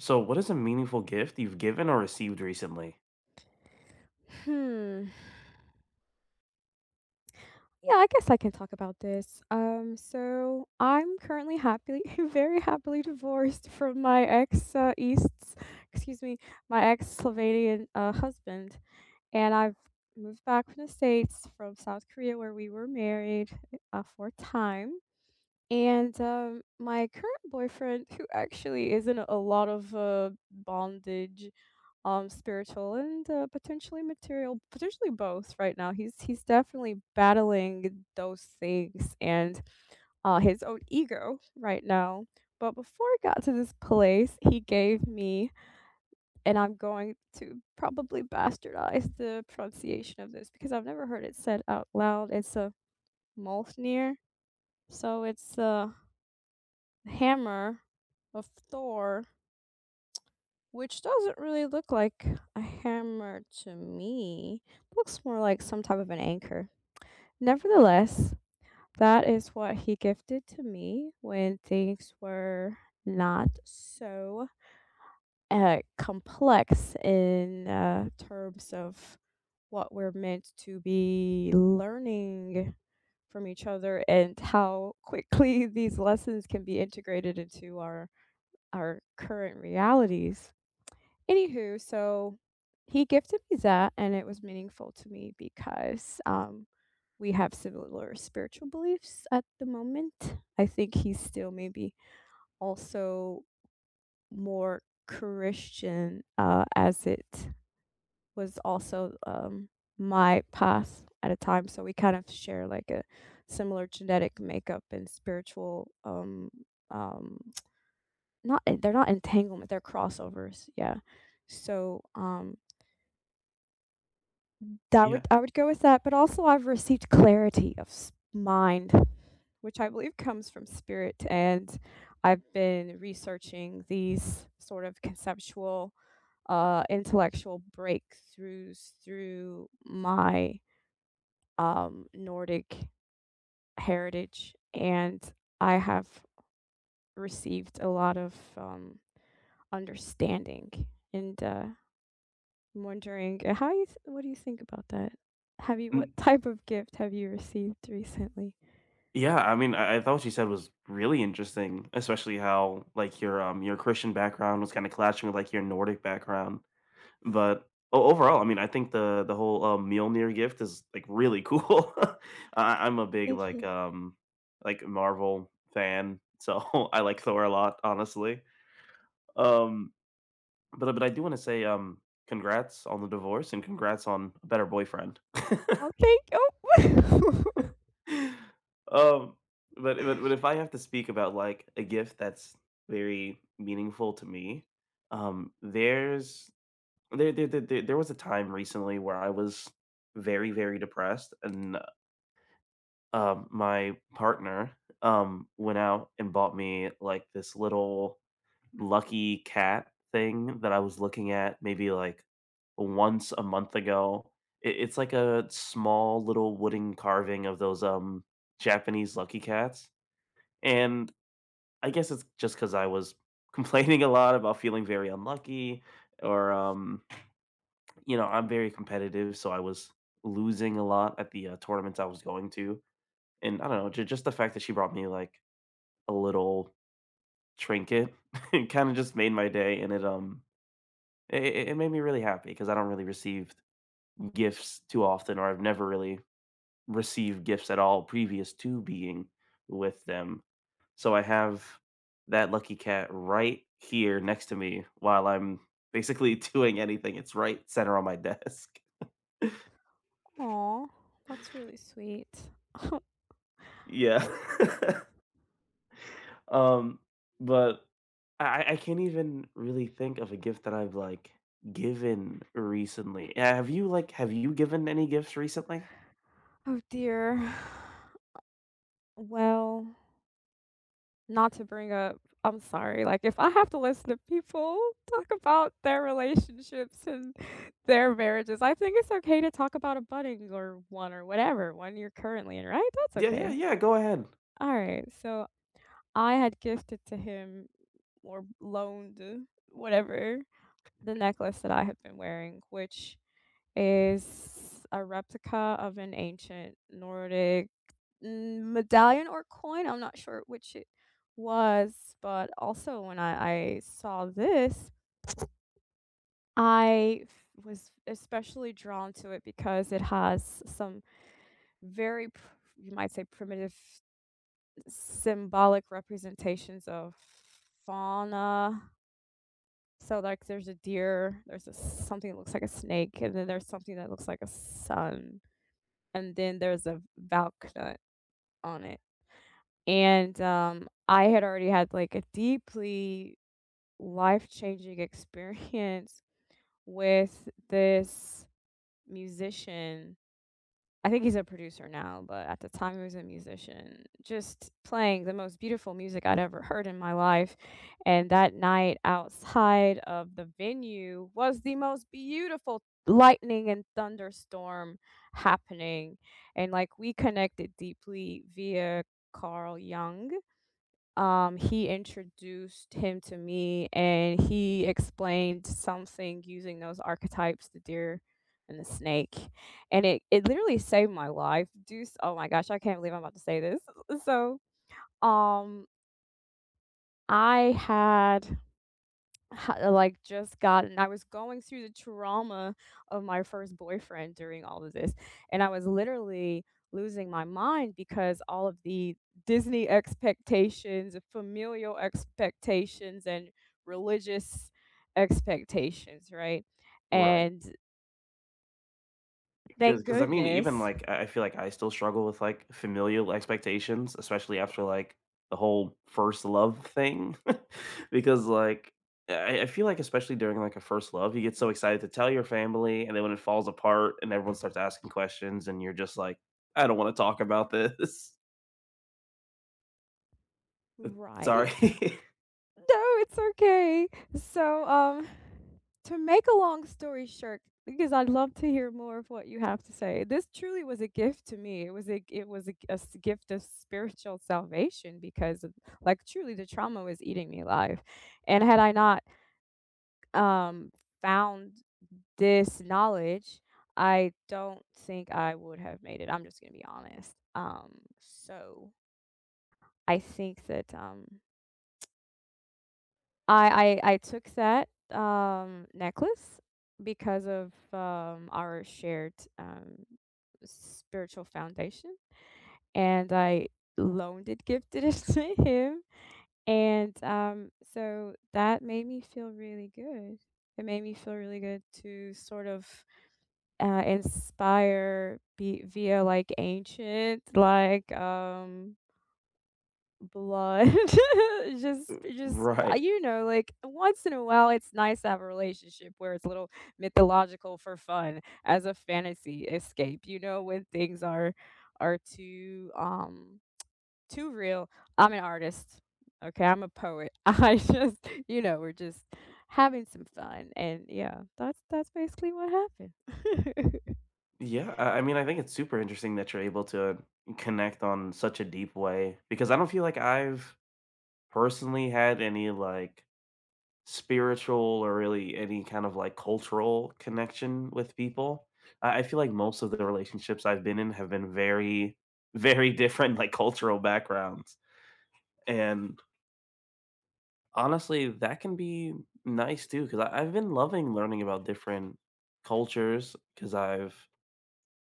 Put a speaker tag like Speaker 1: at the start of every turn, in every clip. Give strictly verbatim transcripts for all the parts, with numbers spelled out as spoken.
Speaker 1: So, what is a meaningful gift you've given or received recently?
Speaker 2: Hmm. Yeah, I guess I can talk about this. Um, so I'm currently happily, very happily divorced from my ex uh, East's, excuse me, my ex Slovenian uh, husband, and I've moved back from the States from South Korea where we were married uh, for a time. And, um, my current boyfriend, who actually is in a lot of, uh, bondage, um, spiritual and, uh, potentially material, potentially both right now. He's he's definitely battling those things and, uh, his own ego right now. But before I got to this place, he gave me, and I'm going to probably bastardize the pronunciation of this because I've never heard it said out loud. It's a Moltnir. So it's, uh hammer of Thor, which doesn't really look like a hammer to me. Looks more like some type of an anchor. Nevertheless, that is what he gifted to me when things were not so uh, complex in uh, terms of what we're meant to be learning from each other, and how quickly these lessons can be integrated into our our current realities. Anywho, so he gifted me that, and it was meaningful to me because um, we have similar spiritual beliefs at the moment. I think he's still maybe also more Christian, uh, as it was also um, my path at a time. So we kind of share like a similar genetic makeup and spiritual um, um, not en they're not entanglement, they're crossovers, yeah. So, um, that would
Speaker 1: Yeah.
Speaker 2: I would go with that, but also I've received clarity of s mind, which I believe comes from spirit. And I've been researching these sort of conceptual, uh, intellectual breakthroughs through my, um, Nordic heritage, and I have received a lot of, um, understanding, and, uh I'm wondering, uh, how you th- what do you think about that? Have you What
Speaker 1: N
Speaker 2: type of gift have you received recently?
Speaker 1: yeah, I mean, I I thought what you said was really interesting, especially how, like, your, um, your Christian background was kinda clashing with, like, your Nordic background, but o overall, I mean, I think the the whole, um, Mjolnir gift is, like, really cool. I I'm a big,
Speaker 2: Thank
Speaker 1: like,
Speaker 2: you.
Speaker 1: um, like, Marvel fan, so I like Thor a lot, honestly. Um, but but I do wanna say, um, congrats on the divorce and congrats on a better boyfriend.
Speaker 2: Oh, thank you.
Speaker 1: Um, but but but if I have to speak about like a gift that's very meaningful to me, um, there's there there there, there there was a time recently where I was very very depressed, and uh, um, my partner um went out and bought me like this little lucky cat thing that I was looking at maybe like once a month ago. It, it's like a small little wooden carving of those um Japanese lucky cats, and I guess it's just because I was complaining a lot about feeling very unlucky, or um, you know, I'm very competitive, so I was losing a lot at the uh, tournaments I was going to, and I don't know, ju- just the fact that she brought me like a little trinket, it kind of just made my day, and it um It it it made me really happy because I don't really receive gifts too often, or I've never really received gifts at all previous to being with them. So I have that lucky cat right here next to me while I'm basically doing anything. It's right center on my desk.
Speaker 2: Aw, that's really sweet.
Speaker 1: Yeah. Um, but I I I can't even really think of a gift that I've, like, given recently. Uh, Have you, like have you given any gifts recently?
Speaker 2: Oh dear. Well, not to bring up I'm sorry, like, if I have to listen to people talk about their relationships and their marriages, I think it's okay to talk about a budding or one, or whatever one you're currently in, right? That's
Speaker 1: Yeah, yeah,
Speaker 2: okay.
Speaker 1: yeah, go ahead.
Speaker 2: Alright, so I had gifted to him, or loaned, whatever, the necklace that I had been wearing, which is a replica of an ancient Nordic n- medallion or coin. I'm not sure which it was, but also when I, I saw this, I f- was especially drawn to it because it has some very, pr- you might say, primitive symbolic representations of fauna. So like there's a deer, there's a, something that looks like a snake, and then there's something that looks like a sun, and then there's a Valknut on it. And, um, I had already had, like, a deeply life-changing experience with this musician. I think he's a producer now, but at the time he was a musician, just playing the most beautiful music I'd ever heard in my life. And that night outside of the venue was the most beautiful lightning and thunderstorm happening. And like we connected deeply via Carl Jung. Um, he introduced him to me, and he explained something using those archetypes, the deer and the snake, and it it literally saved my life. Deuce, oh my gosh, I can't believe I'm about to say this. So, um, I had Ha like, just gotten, I was going through the trauma of my first boyfriend during all of this, and I was literally losing my mind because all of the Disney expectations, familial expectations, and religious expectations, right?
Speaker 1: Right,
Speaker 2: And
Speaker 1: because
Speaker 2: thank
Speaker 1: because I mean, even,
Speaker 2: goodness.
Speaker 1: like, I I feel like I still struggle with, like, familial expectations, especially after, like, the whole first love thing, because, like, I I feel like especially during, like, a first love, you get so excited to tell your family, and then when it falls apart and everyone starts asking questions and you're just like, "I don't wanna talk about this.
Speaker 2: Right.
Speaker 1: Sorry."
Speaker 2: No, it's okay. So, um, to make a long story short, because I'd love to hear more of what you have to say. This truly was a gift to me. It was a it was a, g- a s- gift of spiritual salvation because, of, like, truly the trauma was eating me alive. And had I not um found this knowledge, I don't think I would have made it. I'm just going to be honest. Um so I think that um I I I took that, um, necklace because of, um, our shared, um, spiritual foundation, and I loaned it, gifted it to him, and, um, so that made me feel really good. It made me feel really good to sort of, uh, inspire be via, like, ancient, like, um blood. just just uh,
Speaker 1: Right.
Speaker 2: you know, like once in a while it's nice to have a relationship where it's a little mythological for fun, as a fantasy escape, you know, when things are are too um too real. I'm an artist. Okay, I'm a poet. I just, you know, we're just having some fun, and yeah, that's that's basically what happened.
Speaker 1: Yeah, I I mean, I think it's super interesting that you're able to connect on such a deep way because I don't feel like I've personally had any, like spiritual or really any kind of, like, cultural connection with people. I I feel like most of the relationships I've been in have been very, very different, like, cultural backgrounds, and, honestly, that can be nice too because I've been loving learning about different cultures. Because I 'cause I've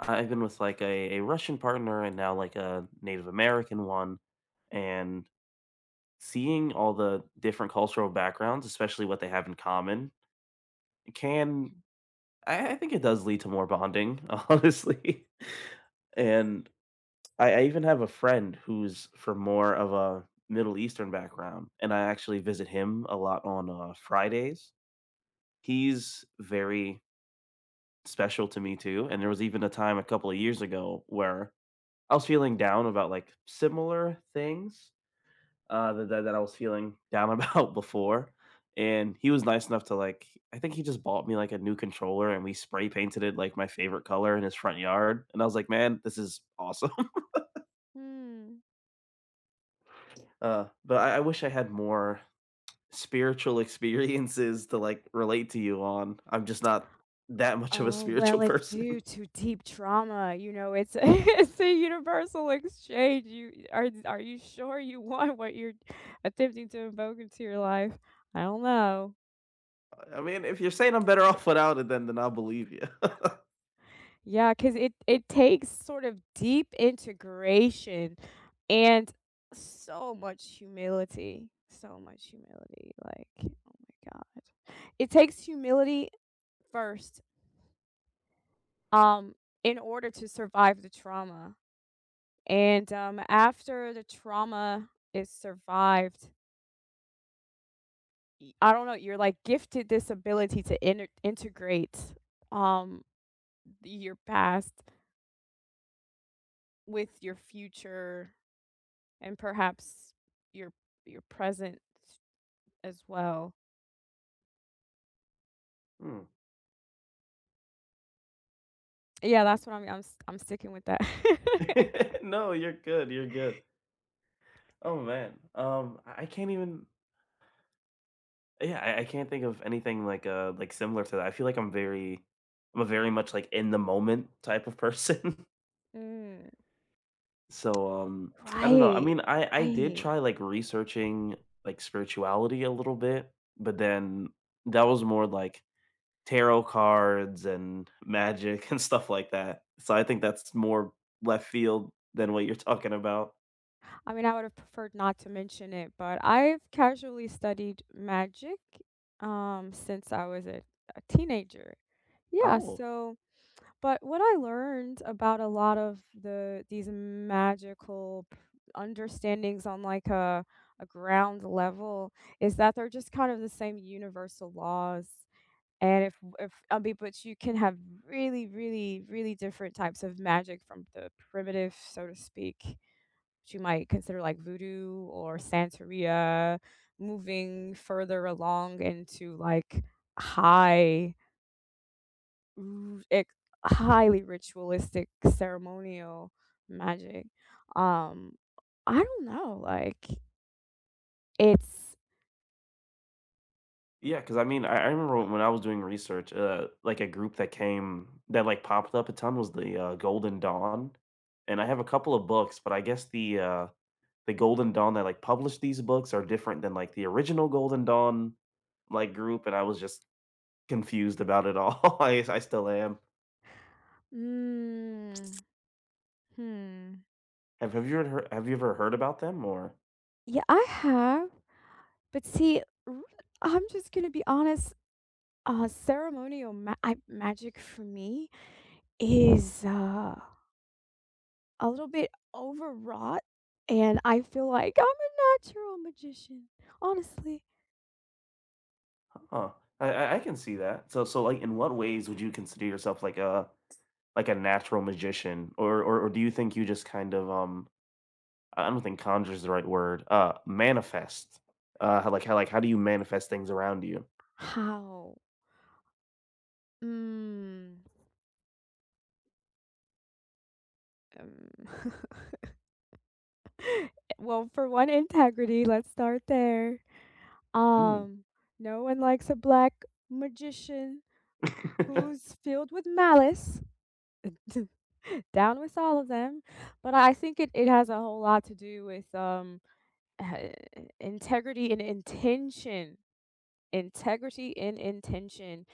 Speaker 1: I've been with, like, a a Russian partner and now, like, a Native American one, and seeing all the different cultural backgrounds, especially what they have in common, can I I think it does lead to more bonding, honestly. And I, I even have a friend who's from more of a Middle Eastern background, and I actually visit him a lot on uh, Fridays. He's very special to me too. And there was even a time a couple of years ago where I was feeling down about like similar things. uh, that, that that I was feeling down about before, and he was nice enough to like. I think he just bought me like a new controller, and we spray painted it like my favorite color in his front yard. And I was like, man, this is awesome.
Speaker 2: Hmm.
Speaker 1: Uh, but I, I wish I had more spiritual experiences to like relate to you on. I'm just not that much of a
Speaker 2: Oh,
Speaker 1: spiritual
Speaker 2: well, it's
Speaker 1: person.
Speaker 2: due to deep trauma, you know, it's a it's a universal exchange. You Are are you sure you want what you're attempting to invoke into your life? I don't know.
Speaker 1: I mean, if you're saying I'm better off without it, then then I'll believe you.
Speaker 2: Yeah, 'cause it it takes sort of deep integration and so much humility, so much humility, like, oh my god. It takes humility first, um, in order to survive the trauma. And, um, after the trauma is survived, y I don't know, you're, like, gifted this ability to inter integrate, um, your past with your future, and perhaps your your present as well.
Speaker 1: Hmm.
Speaker 2: Yeah, that's what I am I'm s I'm sticking with that.
Speaker 1: No, you're good. You're good. Oh man, um, I I can't even. Yeah, I I can't think of anything like, uh, like, similar to that. I feel like I'm very I'm a very much, like, in the moment type of person.
Speaker 2: Mm.
Speaker 1: So, um, I don't know. I
Speaker 2: Right,
Speaker 1: mean, I I did
Speaker 2: right.
Speaker 1: try, like, researching, like, spirituality a little bit, but then that was more like tarot cards and magic and stuff like that. So I think that's more left field than what you're talking about.
Speaker 2: I mean, I would have preferred not to mention it, but I've casually studied magic um, since I was a, a teenager. Yeah,
Speaker 1: Oh.
Speaker 2: so, but what I learned about a lot of the these magical p- understandings on like a a ground level is that they're just kind of the same universal laws. And if if I mean, but you can have really, really, really different types of magic, from the primitive, so to speak, which you might consider like voodoo or santeria, moving further along into like high, r- ex- highly ritualistic ceremonial magic. Um, I don't know. Like it's,
Speaker 1: Yeah, cause I mean, I I remember when I was doing research, uh, like, a group that came that, like, popped up a ton was the, uh, Golden Dawn, and I have a couple of books, but I guess the, uh, the Golden Dawn that, like, published these books are different than, like, the original Golden Dawn, like, group, and I was just confused about it all. I I still am.
Speaker 2: mm, hmm.
Speaker 1: Have have you ever hear have you ever heard about them or
Speaker 2: Yeah, I have, but see, r- I'm just gonna be honest. Uh, ceremonial ma- I, magic for me is uh a little bit overwrought, and I feel like I'm a natural magician, honestly.
Speaker 1: Huh, I I I can see that. So so, like, in what ways would you consider yourself like a like a natural magician, or or or do you think you just kind of, um I don't think conjure is the right word. Uh, manifest. Uh, how, like how like how do you manifest things around you?
Speaker 2: How? Mm, um, well, for one, integrity, let's start there.
Speaker 1: Mm.
Speaker 2: Um, no one likes a black magician who's filled with malice. Down with all of them, but I think it, it has a whole lot to do with um uh, integrity and intention. Integrity and intention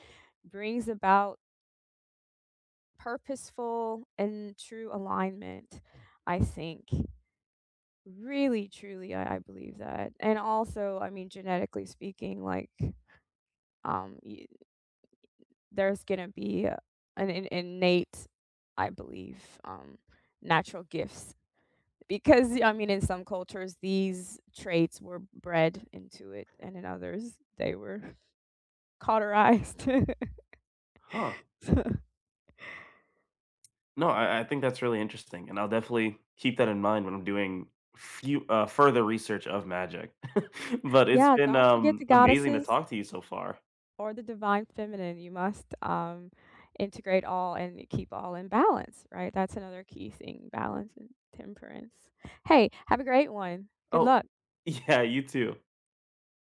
Speaker 2: brings about purposeful and true alignment, I think. Really, truly, I, I believe that. And also, I mean, genetically speaking, like, um, y- there's gonna be a- an, in innate, I believe, um, natural gifts. Because, I mean, in some cultures, these traits were bred into it, and in others, they were cauterized.
Speaker 1: Huh.
Speaker 2: So,
Speaker 1: No, I, I think that's really interesting, and I'll definitely keep that in mind when I'm doing few uh, further research of magic. but it's
Speaker 2: yeah,
Speaker 1: been
Speaker 2: don't forget
Speaker 1: um
Speaker 2: the
Speaker 1: amazing to
Speaker 2: goddesses,
Speaker 1: talk to you so far.
Speaker 2: or the divine feminine. You must um, integrate all and keep all in balance, right? That's another key thing, balance and temperance. Hey, have a great one. Good
Speaker 1: Oh,
Speaker 2: luck.
Speaker 1: yeah, you too.